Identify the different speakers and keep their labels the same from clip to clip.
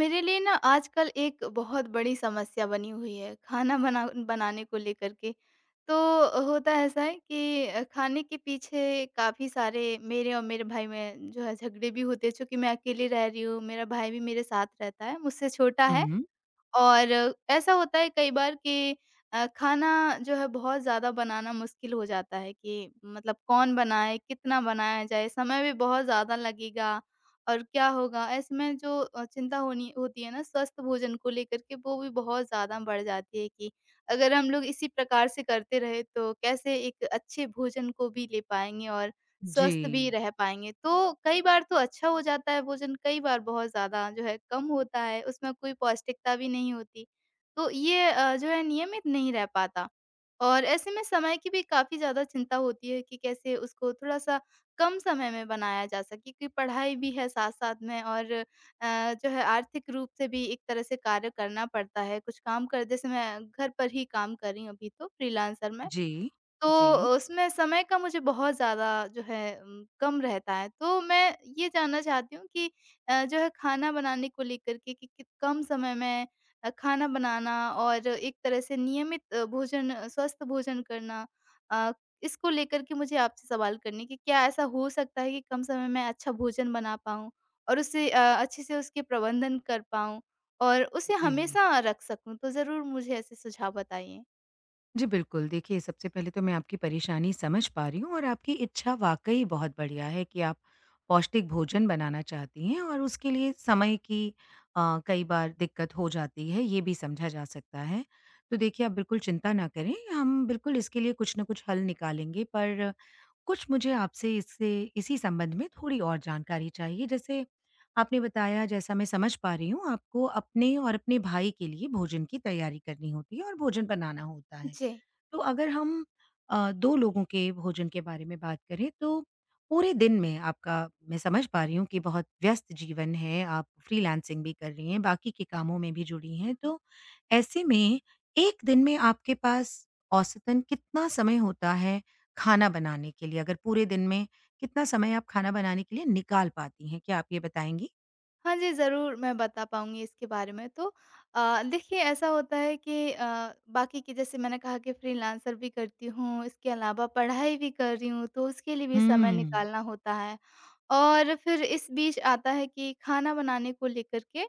Speaker 1: मेरे लिए ना आजकल एक बहुत बड़ी समस्या बनी हुई है खाना बनाने को लेकर के। तो होता ऐसा है कि खाने के पीछे काफ़ी सारे मेरे और मेरे भाई में जो है झगड़े भी होते हैं, चूँकि मैं अकेली रह रही हूँ, मेरा भाई भी मेरे साथ रहता है, मुझसे छोटा है।
Speaker 2: हुँ।
Speaker 1: और ऐसा होता है कई बार कि खाना जो है बहुत ज़्यादा बनाना मुश्किल हो जाता है कि मतलब कौन बनाए, कितना बनाया जाए, समय भी बहुत ज़्यादा लगेगा और क्या होगा? ऐसे में जो चिंता होनी होती है ना स्वस्थ भोजन को लेकर के, वो भी बहुत ज़्यादा बढ़ जाती है कि अगर हम लोग इसी प्रकार से करते रहे तो कैसे एक अच्छे भोजन को भी ले पाएँगे और
Speaker 2: जी।
Speaker 1: स्वस्थ भी रह पाएँगे। तो कई बार तो अच्छा हो जाता है भोजन, कई बार बहुत ज़्यादा जो है कम होता है, उसमें कोई पौष्टिकता भी नहीं होती। तो ये जो है नियमित नहीं रह पाता, और ऐसे में समय की भी काफ़ी ज़्यादा चिंता होती है कि कैसे उसको थोड़ा-सा कम समय में बनाया जा सके, क्योंकि पढ़ाई भी है साथ-साथ में, और जो है आर्थिक रूप से भी एक तरह से कार्य करना पड़ता है। कुछ काम कर जैसे मैं घर पर ही काम कर रही हूँ अभी, तो फ्रीलांसर मैं।
Speaker 2: जी।
Speaker 1: तो
Speaker 2: जी।
Speaker 1: उसमें समय का मुझे बहुत ज़्यादा जो है कम रहता है। तो मैं ये जानना चाहती हूँ कि जो है खाना बनाने को लेकर के, कि कम समय में खाना बनाना और एक तरह से नियमित भोजन, स्वस्थ भोजन करना, अ, इसको लेकर के मुझे आपसे सवाल करने कि क्या ऐसा हो सकता है कि कम समय में अच्छा भोजन बना पाऊँ, और उसे अच्छे से उसके प्रबंधन कर पाऊँ और उसे
Speaker 2: जी।
Speaker 1: हमेशा रख सकूँ? तो ज़रूर मुझे ऐसे सुझाव बताइए।
Speaker 2: जी बिल्कुल, देखिए सबसे पहले तो मैं आपकी परेशानी समझ पा रही हूँ और आपकी इच्छा वाक़ई बहुत बढ़िया है कि आप पौष्टिक भोजन बनाना चाहती हैं और उसके लिए समय की कई बार दिक्कत हो जाती है, ये भी समझा जा सकता है। तो देखिए आप बिल्कुल चिंता ना करें, हम बिल्कुल इसके लिए कुछ न कुछ हल निकालेंगे, पर कुछ मुझे आपसे इससे इसी संबंध में थोड़ी और जानकारी चाहिए। जैसे आपने बताया, जैसा मैं समझ पा रही हूँ, आपको अपने और अपने भाई के लिए भोजन की तैयारी करनी होती है और भोजन बनाना होता है।
Speaker 1: जी।
Speaker 2: तो अगर हम 2 लोगों के भोजन के बारे में बात करें तो पूरे दिन में आपका मैं समझ पा रही हूँ कि बहुत व्यस्त जीवन है, आप फ्रीलांसिंग भी कर रही हैं, बाकी के कामों में भी जुड़ी हैं, तो ऐसे में 1 दिन में आपके पास औसतन कितना समय होता है खाना बनाने के लिए? अगर पूरे दिन में कितना समय आप खाना बनाने के लिए निकाल पाती हैं? क्या आप ये बताएँगी?
Speaker 1: हाँ जी, ज़रूर मैं बता पाऊँगी इसके बारे में। तो देखिए, ऐसा होता है कि बाकी की, जैसे मैंने कहा कि फ्रीलांसर भी करती हूँ, इसके अलावा पढ़ाई भी कर रही हूँ, तो उसके लिए भी समय
Speaker 2: हुँ।
Speaker 1: निकालना होता है। और फिर इस बीच आता है कि खाना बनाने को लेकर के,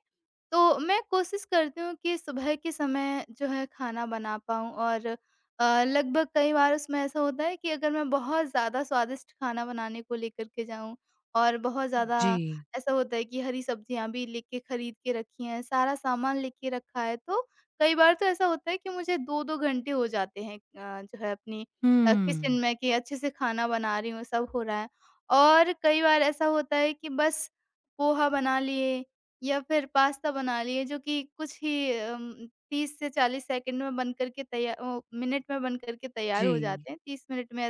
Speaker 1: तो मैं कोशिश करती हूँ कि सुबह के समय जो है खाना बना पाऊँ। और लगभग कई बार उसमें ऐसा होता है कि अगर मैं बहुत ज़्यादा स्वादिष्ट खाना बनाने को लेकर के जाऊँ, और बहुत ज़्यादा
Speaker 2: जी।
Speaker 1: ऐसा होता है कि हरी सब्जियाँ भी लेके खरीद के रखी हैं, सारा सामान लेके रखा है, तो कई बार तो ऐसा होता है कि मुझे 2-2 घंटे हो जाते हैं जो है अपनी किचन
Speaker 2: हुँ।
Speaker 1: में, कि अच्छे से खाना बना रही हूँ, सब हो रहा है। और कई बार ऐसा होता है कि बस पोहा बना लिए या फिर पास्ता बना लिए, जो कि कुछ ही 30 से 40 सेकंड में बन करके तैयार मिनट में बन करके तैयार हो
Speaker 2: जी।
Speaker 1: जाते हैं, 30 मिनट में,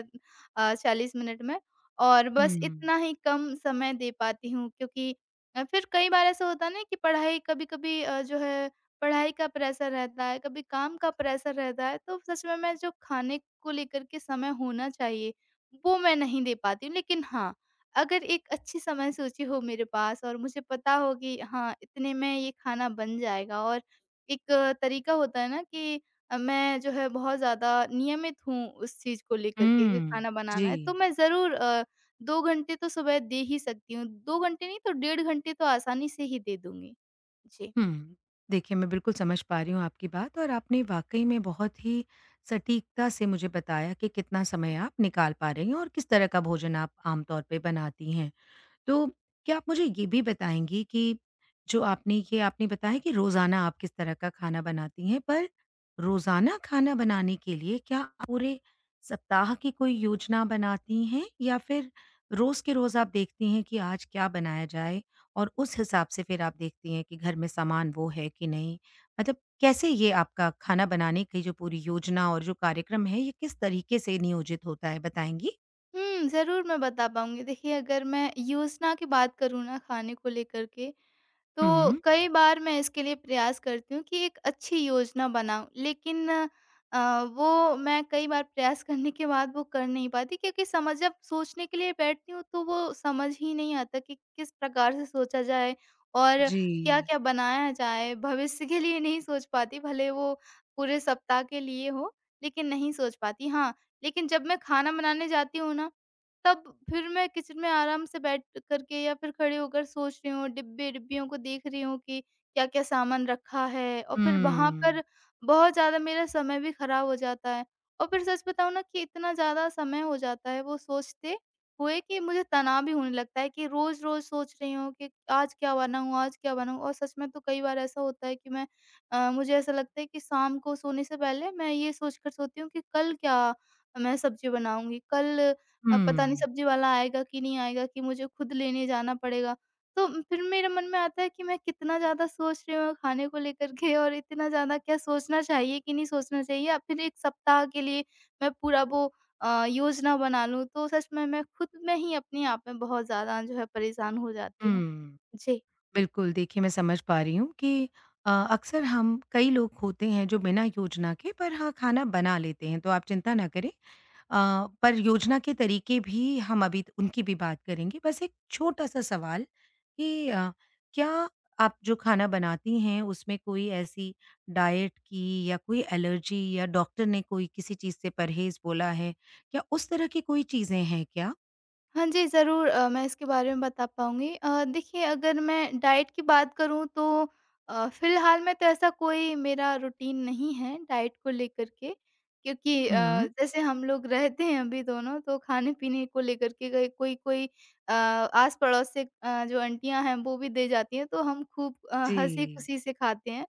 Speaker 1: 40 मिनट में। और बस
Speaker 2: हुँ।
Speaker 1: इतना ही कम समय दे पाती हूँ, क्योंकि फिर कई बार ऐसा होता है ना कि पढ़ाई कभी-कभी, जो है पढ़ाई का प्रेशर रहता है, कभी काम का प्रेशर रहता है, तो सच में मैं जो खाने को लेकर के समय होना चाहिए, वो मैं नहीं दे पाती हूँ। लेकिन हाँ, अगर एक अच्छी समय सूची हो मेरे पास और मुझे पता हो कि हाँ, इतने में ये खाना बन जाएगा, और एक तरीका होता है ना, कि मैं जो है बहुत ज़्यादा नियमित हूँ उस चीज़ को लेकर के कि
Speaker 2: हुँ।
Speaker 1: खाना बनाना
Speaker 2: जी।
Speaker 1: है, तो मैं ज़रूर 2 घंटे तो सुबह दे ही सकती हूँ। 2 घंटे नहीं तो 1.5 घंटे तो आसानी से ही दे दूँगी। जी।
Speaker 2: हुँ। देखिए, मैं बिल्कुल समझ पा रही हूँ आपकी बात, और आपने वाक़ई में बहुत ही सटीकता से मुझे बताया कि कितना समय आप निकाल पा रही हैं और किस तरह का भोजन आप आम तौर पे बनाती हैं। तो क्या आप मुझे ये भी बताएँगी कि जो आपने बताया कि रोज़ाना आप किस तरह का खाना बनाती हैं, पर रोज़ाना खाना बनाने के लिए क्या आप पूरे सप्ताह की कोई योजना बनाती हैं या फिर रोज़ के रोज़ आप देखती हैं कि आज क्या बनाया जाए और उस हिसाब से फिर आप देखती हैं कि घर में सामान वो है कि नहीं? मतलब कैसे ये आपका खाना बनाने की जो पूरी योजना और जो कार्यक्रम है, ये किस तरीके से नियोजित होता है, बताएँगी?
Speaker 1: ज़रूर मैं बता पाऊँगी। देखिए, अगर मैं योजना की बात करूँ ना खाने को लेकर के, तो
Speaker 2: हुँ।
Speaker 1: कई बार मैं इसके लिए प्रयास करती हूँ कि एक अच्छी योजना बनाऊँ, लेकिन वो मैं कई बार प्रयास करने के बाद वो कर नहीं पाती, क्योंकि समझ जब सोचने के लिए बैठती हूँ तो वो समझ ही नहीं आता कि किस प्रकार से सोचा जाए और
Speaker 2: जी।
Speaker 1: क्या-क्या बनाया जाए। भविष्य के लिए नहीं सोच पाती, भले वो पूरे सप्ताह के लिए हो, लेकिन नहीं सोच पाती। हाँ, लेकिन जब मैं खाना बनाने जाती हूँ ना, तब फिर मैं किचन में आराम से बैठ करके या फिर खड़े होकर सोच रही हूँ, डिब्बे-डिब्बियों को देख रही हूँ कि क्या-क्या सामान रखा है, और फिर वहाँ
Speaker 2: हुँ।
Speaker 1: पर बहुत ज़्यादा मेरा समय भी खराब हो जाता है। और फिर सच बताऊँ ना, कि इतना ज़्यादा समय हो जाता है वो सोचते हुए कि मुझे तनाव भी होने लगता है कि रोज़-रोज़ सोच रही हूँ कि आज क्या बनाऊँ, आज क्या बनाऊँ? और सच में तो कई बार ऐसा होता है कि मुझे ऐसा लगता है कि शाम को सोने से पहले मैं ये सोचकर सोती हूँ कि कल क्या मैं सब्ज़ी बनाऊँगी? कल
Speaker 2: हुँ,
Speaker 1: अब पता नहीं सब्जी वाला आएगा कि नहीं आएगा, कि मुझे खुद लेने जाना पड़ेगा। तो फिर मेरे मन में आता है कि मैं कितना ज़्यादा सोच रही हूँ खाने को लेकर के, और इतना ज़्यादा क्या सोचना चाहिए कि नहीं सोचना चाहिए, या फिर 1 सप्ताह के लिए मैं पूरा वो योजना बना लूँ। तो सच में मैं खुद में ही अपने आप में बहुत ज़्यादा जो है परेशान हो जाती हूँ।
Speaker 2: हुँ।
Speaker 1: जी।
Speaker 2: बिल्कुल, देखिए मैं समझ पा रही हूँ कि अक्सर हम कई लोग होते हैं जो बिना योजना के पर हाँ, खाना बना लेते हैं, तो आप चिंता ना करें। पर योजना के तरीके भी हम अभी उनकी भी बात करेंगे। बस एक छोटा-सा सवाल कि क्या आप जो खाना बनाती हैं उसमें कोई ऐसी डाइट की या कोई एलर्जी या डॉक्टर ने कोई किसी चीज़ से परहेज़ बोला है? क्या उस तरह की कोई चीज़ें हैं क्या?
Speaker 1: हाँ जी, ज़रूर मैं इसके बारे में बता पाऊँगी। देखिए, अगर मैं डाइट की बात करूँ, तो फ़िलहाल में तो ऐसा कोई मेरा रूटीन नहीं है डाइट को लेकर के, क्योंकि
Speaker 2: हुँ।
Speaker 1: जैसे हम लोग रहते हैं अभी दोनों, तो खाने-पीने को लेकर के गए कोई-कोई आस-पड़ोस से, जो आंटियाँ हैं वो भी दे जाती हैं, तो हम खूब
Speaker 2: जी।
Speaker 1: हँसी-खुशी से खाते हैं।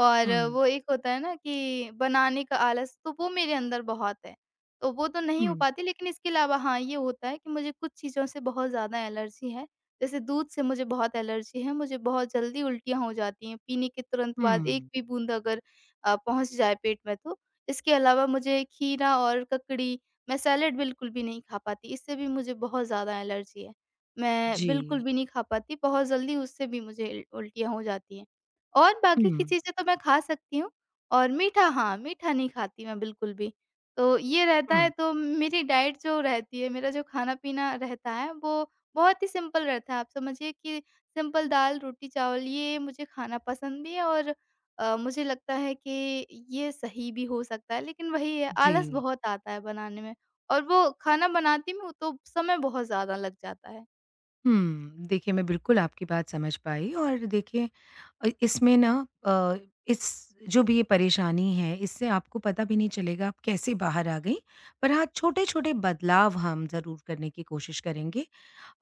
Speaker 1: और
Speaker 2: हुँ,
Speaker 1: वो एक होता है ना कि बनाने का आलस, तो वो मेरे अंदर बहुत है। तो वो तो नहीं हो
Speaker 2: हुँ।
Speaker 1: पाती, लेकिन इसके अलावा हाँ, ये होता है कि मुझे कुछ चीज़ों से बहुत ज़्यादा एलर्जी है। जैसे दूध से मुझे बहुत एलर्जी है, मुझे बहुत जल्दी उल्टियाँ हो जाती हैं, पीने के तुरंत बाद एक
Speaker 2: हुँ।
Speaker 1: भी बूँद अगर पहुँच जाए पेट में तो। इसके अलावा मुझे खीरा और ककड़ी, मैं सैलेड बिल्कुल भी नहीं खा पाती, इससे भी मुझे बहुत ज़्यादा एलर्जी है। मैं बिल्कुल
Speaker 2: जी।
Speaker 1: भी नहीं खा पाती, बहुत जल्दी उससे भी मुझे इल उल्टियाँ हो जाती हैं। और बाकी की
Speaker 2: हुँ,
Speaker 1: चीज़ें तो मैं खा सकती हूँ। और मीठा, हाँ, मीठा नहीं खाती मैं बिल्कुल भी। तो ये रहता है,
Speaker 2: हुँ।
Speaker 1: तो मेरी डाइट जो रहती है, मेरा जो खाना-पीना रहता है, वो बहुत ही सिंपल रहता है। आप समझिए कि सिंपल दाल, रोटी, चावल, ये मुझे खाना पसंद भी है, और मुझे लगता है कि ये सही भी हो सकता है। लेकिन वही है,
Speaker 2: जी।
Speaker 1: आलस बहुत आता है बनाने में, और वो खाना बनाती हूँ तो समय बहुत ज़्यादा लग जाता है।
Speaker 2: हुँ, देखिए मैं बिल्कुल आपकी बात समझ पाई, और देखिए, इसमें ना अ, इस जो भी ये परेशानी है इससे आपको पता भी नहीं चलेगा आप कैसे बाहर आ गईं। पर हाँ, छोटे-छोटे बदलाव हम ज़रूर करने की कोशिश करेंगे,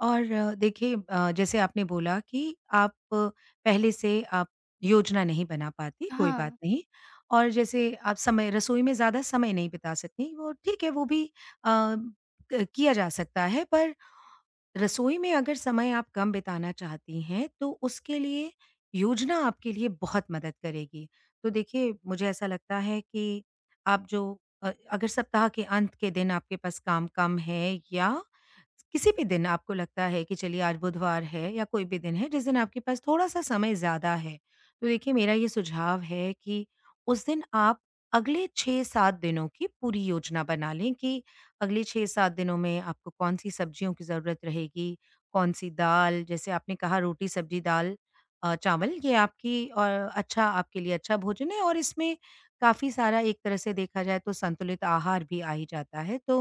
Speaker 2: और देखिए जैसे आपने बोला कि आप पहले से आप योजना नहीं बना पाती, कोई बात
Speaker 1: हाँ।
Speaker 2: नहीं, और जैसे आप समय रसोई में ज़्यादा समय नहीं बिता सकती, वो ठीक है, वो भी अ, क किया जा सकता है। पर रसोई में अगर समय आप कम बिताना चाहती हैं, तो उसके लिए योजना आपके लिए बहुत मदद करेगी। तो देखिए, मुझे ऐसा लगता है कि आप जो अगर सप्ताह के अंत के दिन आपके पास काम कम है या किसी भी दिन आपको लगता है कि चलिए आज बुधवार है या कोई भी दिन है जिस दिन आपके पास थोड़ा-सा समय ज़्यादा है, तो देखिए मेरा ये सुझाव है कि उस दिन आप अगले 6-7 दिनों की पूरी योजना बना लें कि अगले 6-7 दिनों में आपको कौन-सी सब्जियों की ज़रूरत रहेगी, कौन-सी दाल, जैसे आपने कहा रोटी, सब्जी, दाल, चावल, ये आपकी और अच्छा आपके लिए अच्छा भोजन है और इसमें काफ़ी सारा, एक तरह से देखा जाए तो संतुलित आहार भी आ ही जाता है। तो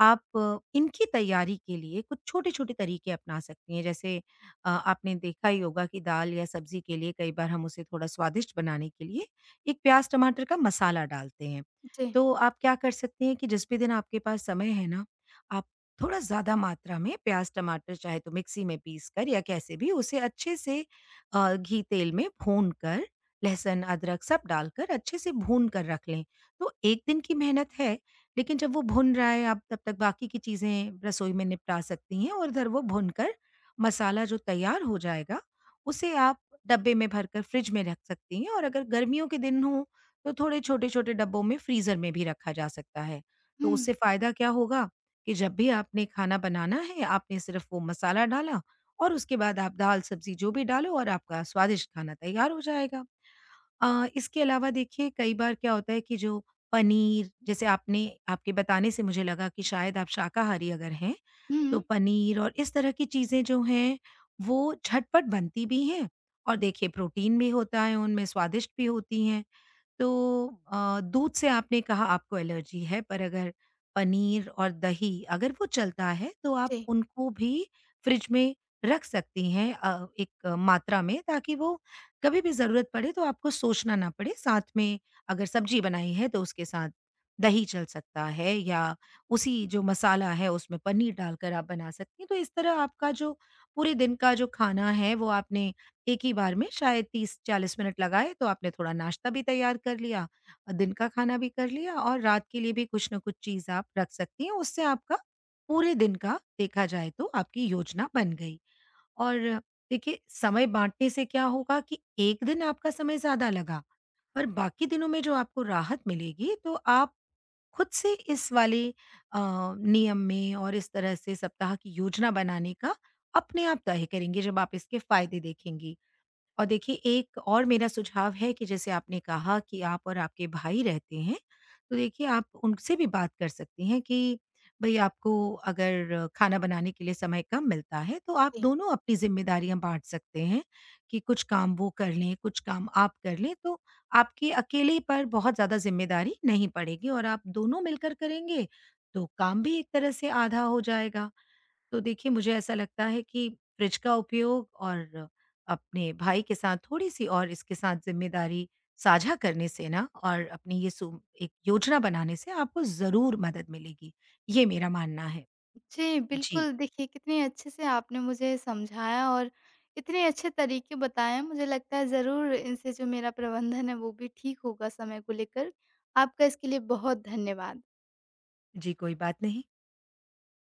Speaker 2: आप इनकी तैयारी के लिए कुछ छोटे-छोटे तरीके अपना सकती हैं। जैसे आपने देखा ही होगा कि दाल या सब्ज़ी के लिए कई बार हम उसे थोड़ा स्वादिष्ट बनाने के लिए एक प्याज़ टमाटर का मसाला डालते हैं।
Speaker 1: जी।
Speaker 2: तो आप क्या कर सकते हैं कि जिस भी दिन आपके पास समय है ना, आप थोड़ा ज़्यादा मात्रा में प्याज़ टमाटर चाहे तो मिक्सी में पीसकर या कैसे भी उसे अच्छे से घी तेल में भूनकर, लहसुन, अदरक सब डालकर अच्छे से भून कर रख लें। तो 1 दिन की मेहनत है, लेकिन जब वो भुन रहा है आप तब तक बाकी की चीज़ें रसोई में निपटा सकती हैं, और इधर वो भुनकर मसाला जो तैयार हो जाएगा उसे आप डब्बे में भरकर फ्रिज में रख सकती हैं, और अगर गर्मियों के दिन हो तो थोड़े छोटे-छोटे डब्बों में फ्रीज़र में भी रखा जा सकता है।
Speaker 1: हुँ।
Speaker 2: तो उससे फ़ायदा क्या होगा कि जब भी आपने खाना बनाना है, आपने सिर्फ़ वो मसाला डाला और उसके बाद आप दाल-सब्ज़ी जो भी डालो और आपका स्वादिष्ट खाना तैयार हो जाएगा। इसके अलावा देखिए कई बार क्या होता है कि जो पनीर, जैसे आपने, आपके बताने से मुझे लगा कि शायद आप शाकाहारी अगर हैं,
Speaker 1: हुँ।
Speaker 2: तो पनीर और इस तरह की चीज़ें जो हैं, वो झटपट बनती भी हैं और देखिए प्रोटीन भी होता है उनमें, स्वादिष्ट भी होती हैं। तो दूध से आपने कहा आपको एलर्जी है, पर अगर पनीर और दही अगर वो चलता है तो आप
Speaker 1: जी,
Speaker 2: उनको भी फ्रिज में रख सकती हैं, एक मात्रा में, ताकि वो कभी भी ज़रूरत पड़े तो आपको सोचना ना पड़े। साथ में अगर सब्ज़ी बनाई है तो उसके साथ दही चल सकता है या उसी जो मसाला है उसमें पनीर डालकर आप बना सकती हैं। तो इस तरह आपका जो पूरे दिन का जो खाना है वो आपने एक ही बार में शायद 30-40 मिनट लगाए तो आपने थोड़ा नाश्ता भी तैयार कर लिया, दिन का खाना भी कर लिया, और रात के लिए भी कुछ ना कुछ चीज़ आप रख सकती हैं। उससे आपका पूरे दिन का, देखा जाए तो, आपकी योजना बन गई। और देखिए समय बाँटने से क्या होगा कि एक दिन आपका समय ज़्यादा लगा पर बाकी दिनों में जो आपको राहत मिलेगी, तो आप खुद से इस वाले अ, नियम में और इस तरह से सप्ताह की योजना बनाने का अपने आप तय करेंगे जब आप इसके फ़ायदे देखेंगी। और देखिए, एक और मेरा सुझाव है कि जैसे आपने कहा कि आप और आपके भाई रहते हैं, तो देखिए आप उनसे भी बात कर सकती हैं कि भई आपको अगर खाना बनाने के लिए समय कम मिलता है तो आप
Speaker 1: जी।
Speaker 2: दोनों अपनी ज़िम्मेदारियाँ बाँट सकते हैं, कि कुछ काम वो कर लें, कुछ काम आप कर लें, तो आपके अकेले पर बहुत ज़्यादा ज़िम्मेदारी नहीं पड़ेगी और आप दोनों मिलकर करेंगे, तो काम भी एक तरह से आधा हो जाएगा। तो देखिए मुझे ऐसा लगता है कि फ्रिज का उपयोग और अपने भाई के साथ थोड़ी-सी और इसके साथ ज़िम्मेदारी साझा करने से ना, और अपनी ये सु एक योजना बनाने से, आपको ज़रूर मदद मिलेगी। ये मेरा मानना है।
Speaker 1: जी,
Speaker 2: जी।
Speaker 1: बिल्कुल। देखिए, कितने अच्छे से आपने मुझे समझाया और इतने अच्छे तरीके बताए, मुझे लगता है ज़रूर इनसे जो मेरा प्रबंधन है, वो भी ठीक होगा समय को लेकर। आपका इसके लिए बहुत धन्यवाद।
Speaker 2: जी, कोई बात नहीं।